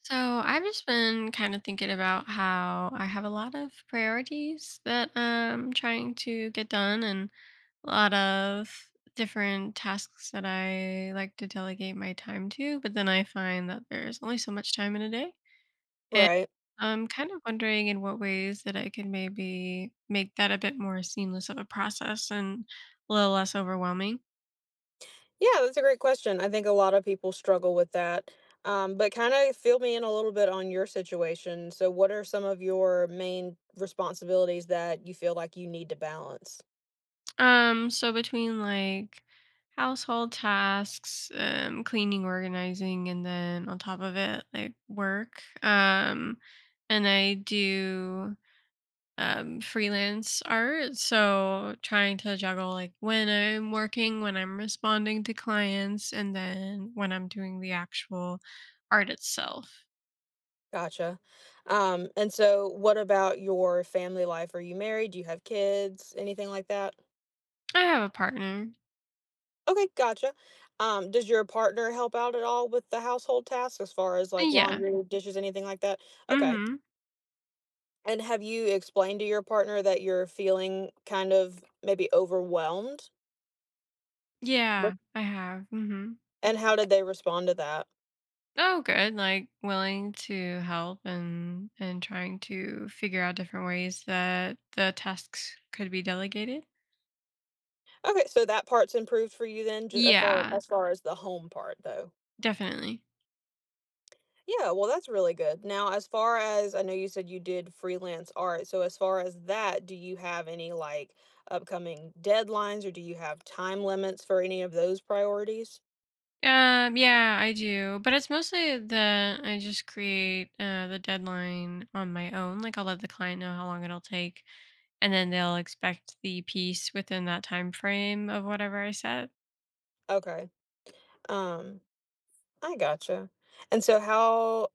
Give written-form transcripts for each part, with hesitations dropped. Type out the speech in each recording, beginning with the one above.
So I've just been kind of thinking about how I have a lot of priorities that I'm trying to get done and a lot of different tasks that I like to delegate my time to, but then I find that there's only so much time in a day. And Right. I'm kind of wondering in what ways that I can maybe make that a bit more seamless of a process and a little less overwhelming. Yeah, that's a great question. I think a lot of people struggle with that. But kind of fill me in a little bit on your situation. So, what are some of your main responsibilities that you feel like you need to balance? So between like household tasks, cleaning, organizing, and then on top of it, like work. And I do freelance art, so trying to juggle like when I'm working, when I'm responding to clients, and then when I'm doing the actual art itself. Gotcha. And so, what about your family life? Are you married? Do you have kids? Anything like that? I have a partner. Okay, gotcha. Does your partner help out at all with the household tasks as far as like Yeah. laundry, dishes, anything like that? Okay. Mm-hmm. And have you explained to your partner that you're feeling kind of maybe overwhelmed? What Yeah, I have. Mm-hmm. And how did they respond to that? Oh, good. Like willing to help and trying to figure out different ways that the tasks could be delegated. Okay, so that part's improved for you then, just as far Yeah, as far as the home part though. definitely. Yeah, well, that's really good. Now, as far as I know, you said you did freelance art. So, as far as that, do you have any like upcoming deadlines or do you have time limits for any of those priorities? Yeah, I do, but it's mostly that I just create the deadline on my own. Like I'll let the client know how long it'll take, and then they'll expect the piece within that time frame of whatever I set. Okay. Um, I gotcha. And so,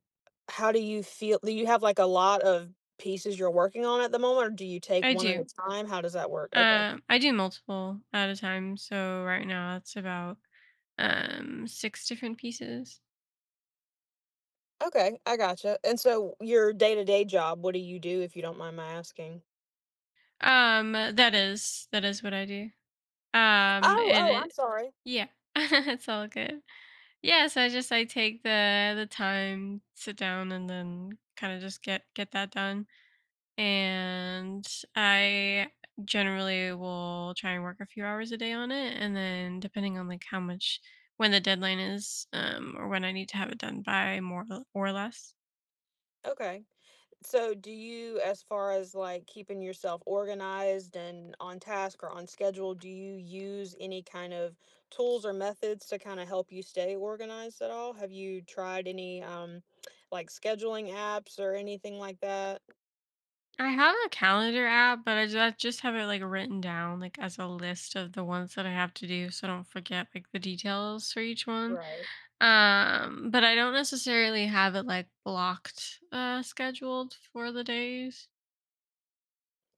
how do you have, like, a lot of pieces you're working on at the moment, or do you take I one at do. a time? How does that work? Okay. I do multiple at a time. So right now it's about six different pieces, Okay, I gotcha, and so your day-to-day job, what do you do, if you don't mind my asking? That is what I do. um Oh, and oh, I'm it sorry. yeah, it's all good. Yeah, so I just I take the time, sit down, and then kind of just get that done. And I generally will try and work a few hours a day on it, and then depending on like how much, when the deadline is, or when I need to have it done by, more or less. Okay. So, do you as far as, like, keeping yourself organized and on task or on schedule, do you use any kind of tools or methods to kinda help you stay organized at all? Have you tried any, like, scheduling apps or anything like that? I have a calendar app, but I just have it like written down, like as a list of the ones that I have to do so I don't forget like the details for each one. Right. But I don't necessarily have it like blocked scheduled for the days.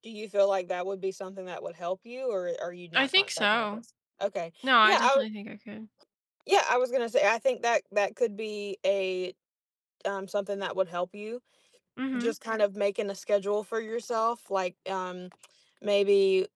Do you feel like that would be something that would help you, or are you I not kind think that kind of so. person? Okay. No, I Yeah, I w definitely think I could. yeah, I was gonna say, I think that could be a something that would help you. Mhm. Just kind of making a schedule for yourself, like, maybe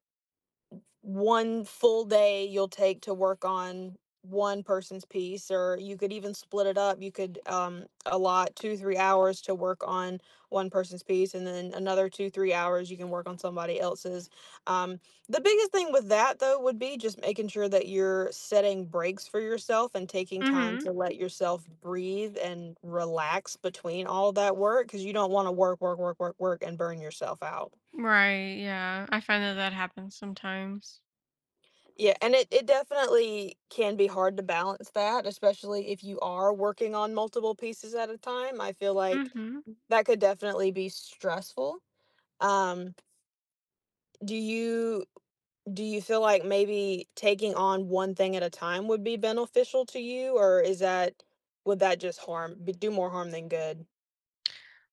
one full day you'll take to work on one person's piece, or you could even split it up. You could allot 2 3 hours to work on one person's piece, and then another 2 3 hours you can work on somebody else's. Um the biggest thing with that though would be just making sure that you're setting breaks for yourself and taking time Mhm. to let yourself breathe and relax between all that work, because you don't want to work work work work work and burn yourself out. Right, yeah. I find that that happens sometimes. Yeah, and it definitely can be hard to balance that, especially if you are working on multiple pieces at a time. I feel like Mhm. that could definitely be stressful. Um, do you feel like maybe taking on one thing at a time would be beneficial to you, or is that would that just do more harm than good?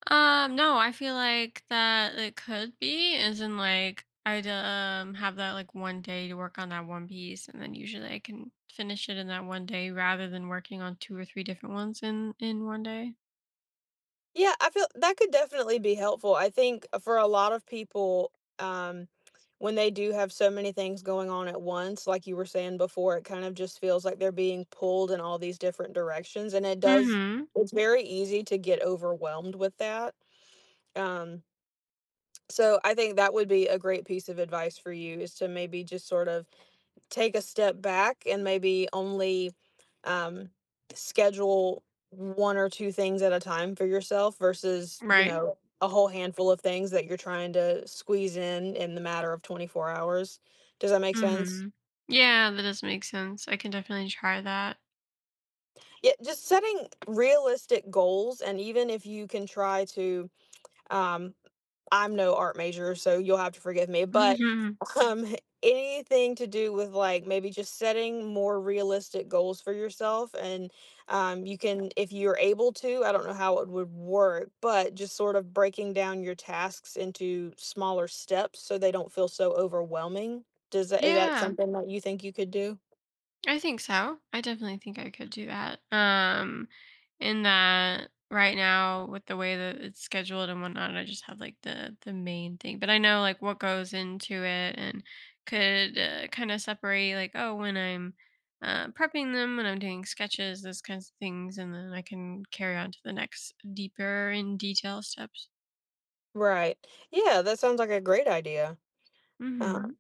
No, I feel like that it could be, as in like I'd have that like one day to work on that one piece, and then usually I can finish it in that one day rather than working on two or three different ones in one day. Yeah, I feel that could definitely be helpful. I think, for a lot of people, um, when they do have so many things going on at once, like you were saying before, it kind of just feels like they're being pulled in all these different directions. And it does, Mm-hmm. it's very easy to get overwhelmed with that. Um, so I think that would be a great piece of advice for you: is to maybe just sort of take a step back and maybe only um, schedule one or two things at a time for yourself, versus, you Right. know, a whole handful of things that you're trying to squeeze in the matter of 24 hours. Does that make sense? Mm-hmm. Yeah, that does make sense. I can definitely try that. Yeah, just setting realistic goals. And even if you can try to, um, I'm no art major, so you'll have to forgive me, but Hmm. um anything to do with like maybe just setting more realistic goals for yourself. And you can, if you're able to, I don't know how it would work, but just sort of breaking down your tasks into smaller steps so they don't feel so overwhelming. Does that is that Yeah. something that you think you could do? I think so. I definitely think I could do that. In that right now, with the way that it's scheduled and whatnot, I just have like the main thing, but I know like what goes into it and could kind of separate, like, oh, when I'm prepping them, when I'm doing sketches, those kinds of things, and then I can carry on to the next deeper in detail steps. Right, yeah, that sounds like a great idea. Hmm.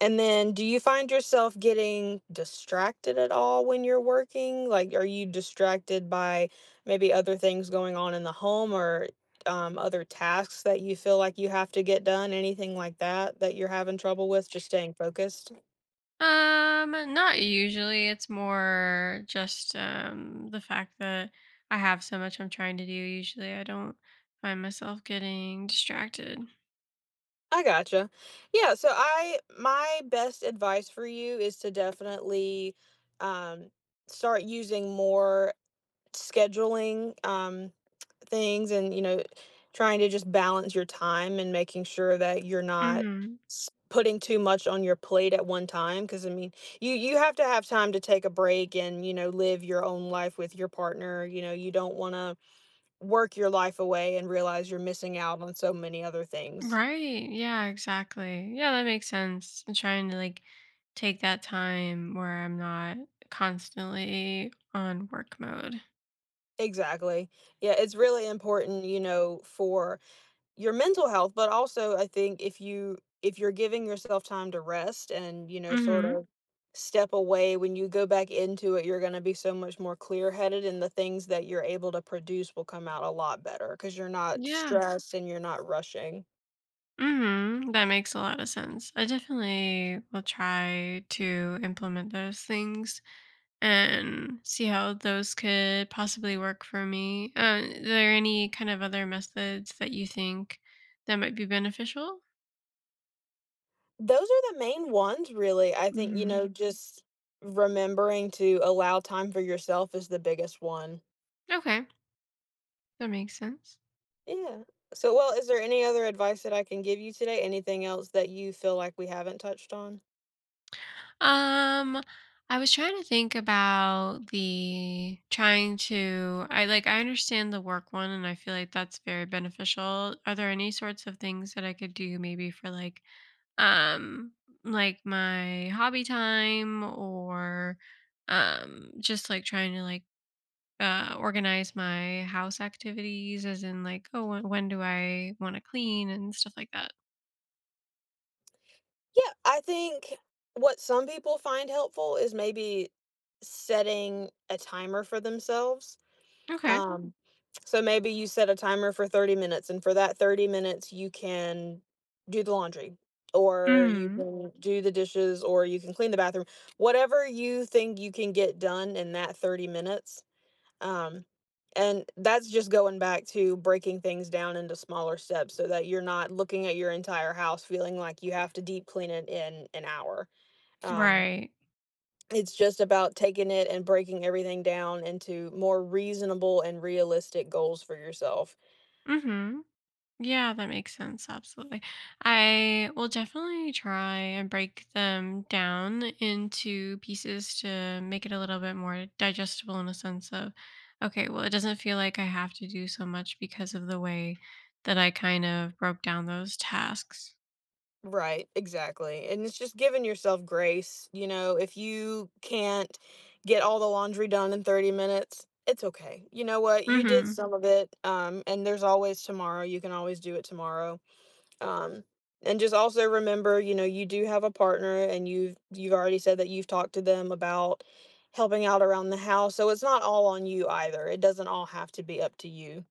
And then do you find yourself getting distracted at all when you're working? Like, are you distracted by maybe other things going on in the home, or other tasks that you feel like you have to get done? Anything like that that you're having trouble with, just staying focused? Not usually. It's more just the fact that I have so much I'm trying to do. Usually I don't find myself getting distracted. I gotcha. Yeah. So, my best advice for you is to definitely, um, start using more scheduling. Things, and, you know, trying to just balance your time and making sure that you're not Hmm. Putting too much on your plate at one time. Because I mean, you have to have time to take a break, and, you know, live your own life with your partner. You know you don't want to work your life away and realize you're missing out on so many other things. Right. Yeah, exactly. Yeah, that makes sense. I'm trying to like take that time where I'm not constantly on work mode. Exactly. Yeah, it's really important, for your mental health, but also I think if you if you're giving yourself time to rest, and, you know, sort Hmm. of step away, when you go back into it, you're gonna be so much more clear-headed, and the things that you're able to produce will come out a lot better, because 'cause you're not Yeah. stressed and you're not rushing. Hmm. That makes a lot of sense. I definitely will try to implement those things and see how those could possibly work for me. Are there any kind of other methods that you think that might be beneficial? Those are the main ones, really. I think, Hmm. Mhm. just remembering to allow time for yourself is the biggest one. Okay, that makes sense. Yeah. So, well, is there any other advice that I can give you today? Anything else that you feel like we haven't touched on? Um, I was trying to think about the trying to. I, like, I understand the work one, and I feel like that's very beneficial. Are there any sorts of things that I could do maybe for like um like my hobby time, or just like trying to like organize my house activities, as in like, oh, when do I want to clean and stuff like that. Yeah, I think what some people find helpful is maybe setting a timer for themselves. Okay. Um, so maybe you set a timer for 30 minutes, and for that 30 minutes, you can do the laundry, or you Mm, can do the dishes, or you can clean the bathroom. Whatever you think you can get done in that 30 minutes, um, and that's just going back to breaking things down into smaller steps, so that you're not looking at your entire house feeling like you have to deep clean it in an hour. Um, right. it's just about taking it and breaking everything down into more reasonable and realistic goals for yourself. Mm-hmm. Yeah, that makes sense. Absolutely. I will definitely try and break them down into pieces to make it a little bit more digestible, in a sense of, okay, well, it doesn't feel like I have to do so much because of the way that I kind of broke down those tasks. Right, exactly. And it's just giving yourself grace. If you can't get all the laundry done in 30 minutes, it's okay. You know what? You did Mm-hmm. some of it, and there's always tomorrow. You can always do it tomorrow. Um, and just also remember, you do have a partner, and you've already said that you've talked to them about helping out around the house. So it's not all on you either. It doesn't all have to be up to you.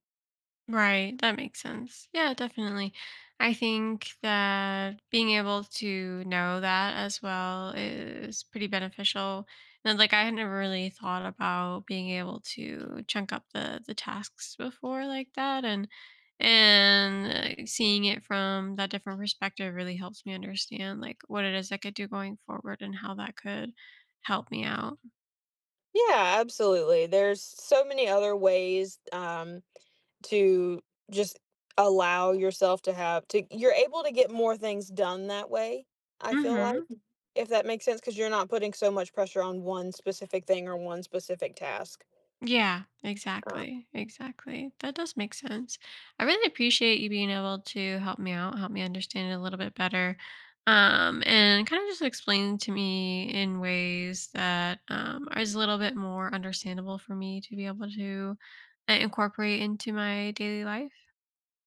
Right, that makes sense. Yeah, definitely. I think that being able to know that as well is pretty beneficial. And like I had never really thought about being able to chunk up the tasks before like that, and seeing it from that different perspective really helps me understand like what it is I could do going forward and how that could help me out. Yeah, absolutely. There's so many other ways. To just allow yourself to have to you're able to get more things done that way, I feel like, Mhm. if that makes sense, because 'cause you're not putting so much pressure on one specific thing or one specific task. Yeah, Um, exactly. Exactly. That does make sense. I really appreciate you being able to help me out, help me understand it a little bit better. And kind of just explain to me in ways that is a little bit more understandable for me to be able to incorporate into my daily life.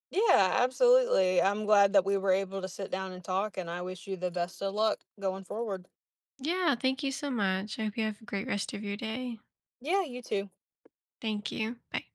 yeah, absolutely. I'm glad that we were able to sit down and talk, and I wish you the best of luck going forward. Yeah, thank you so much. I hope you have a great rest of your day. Yeah, you too. Thank you. Bye.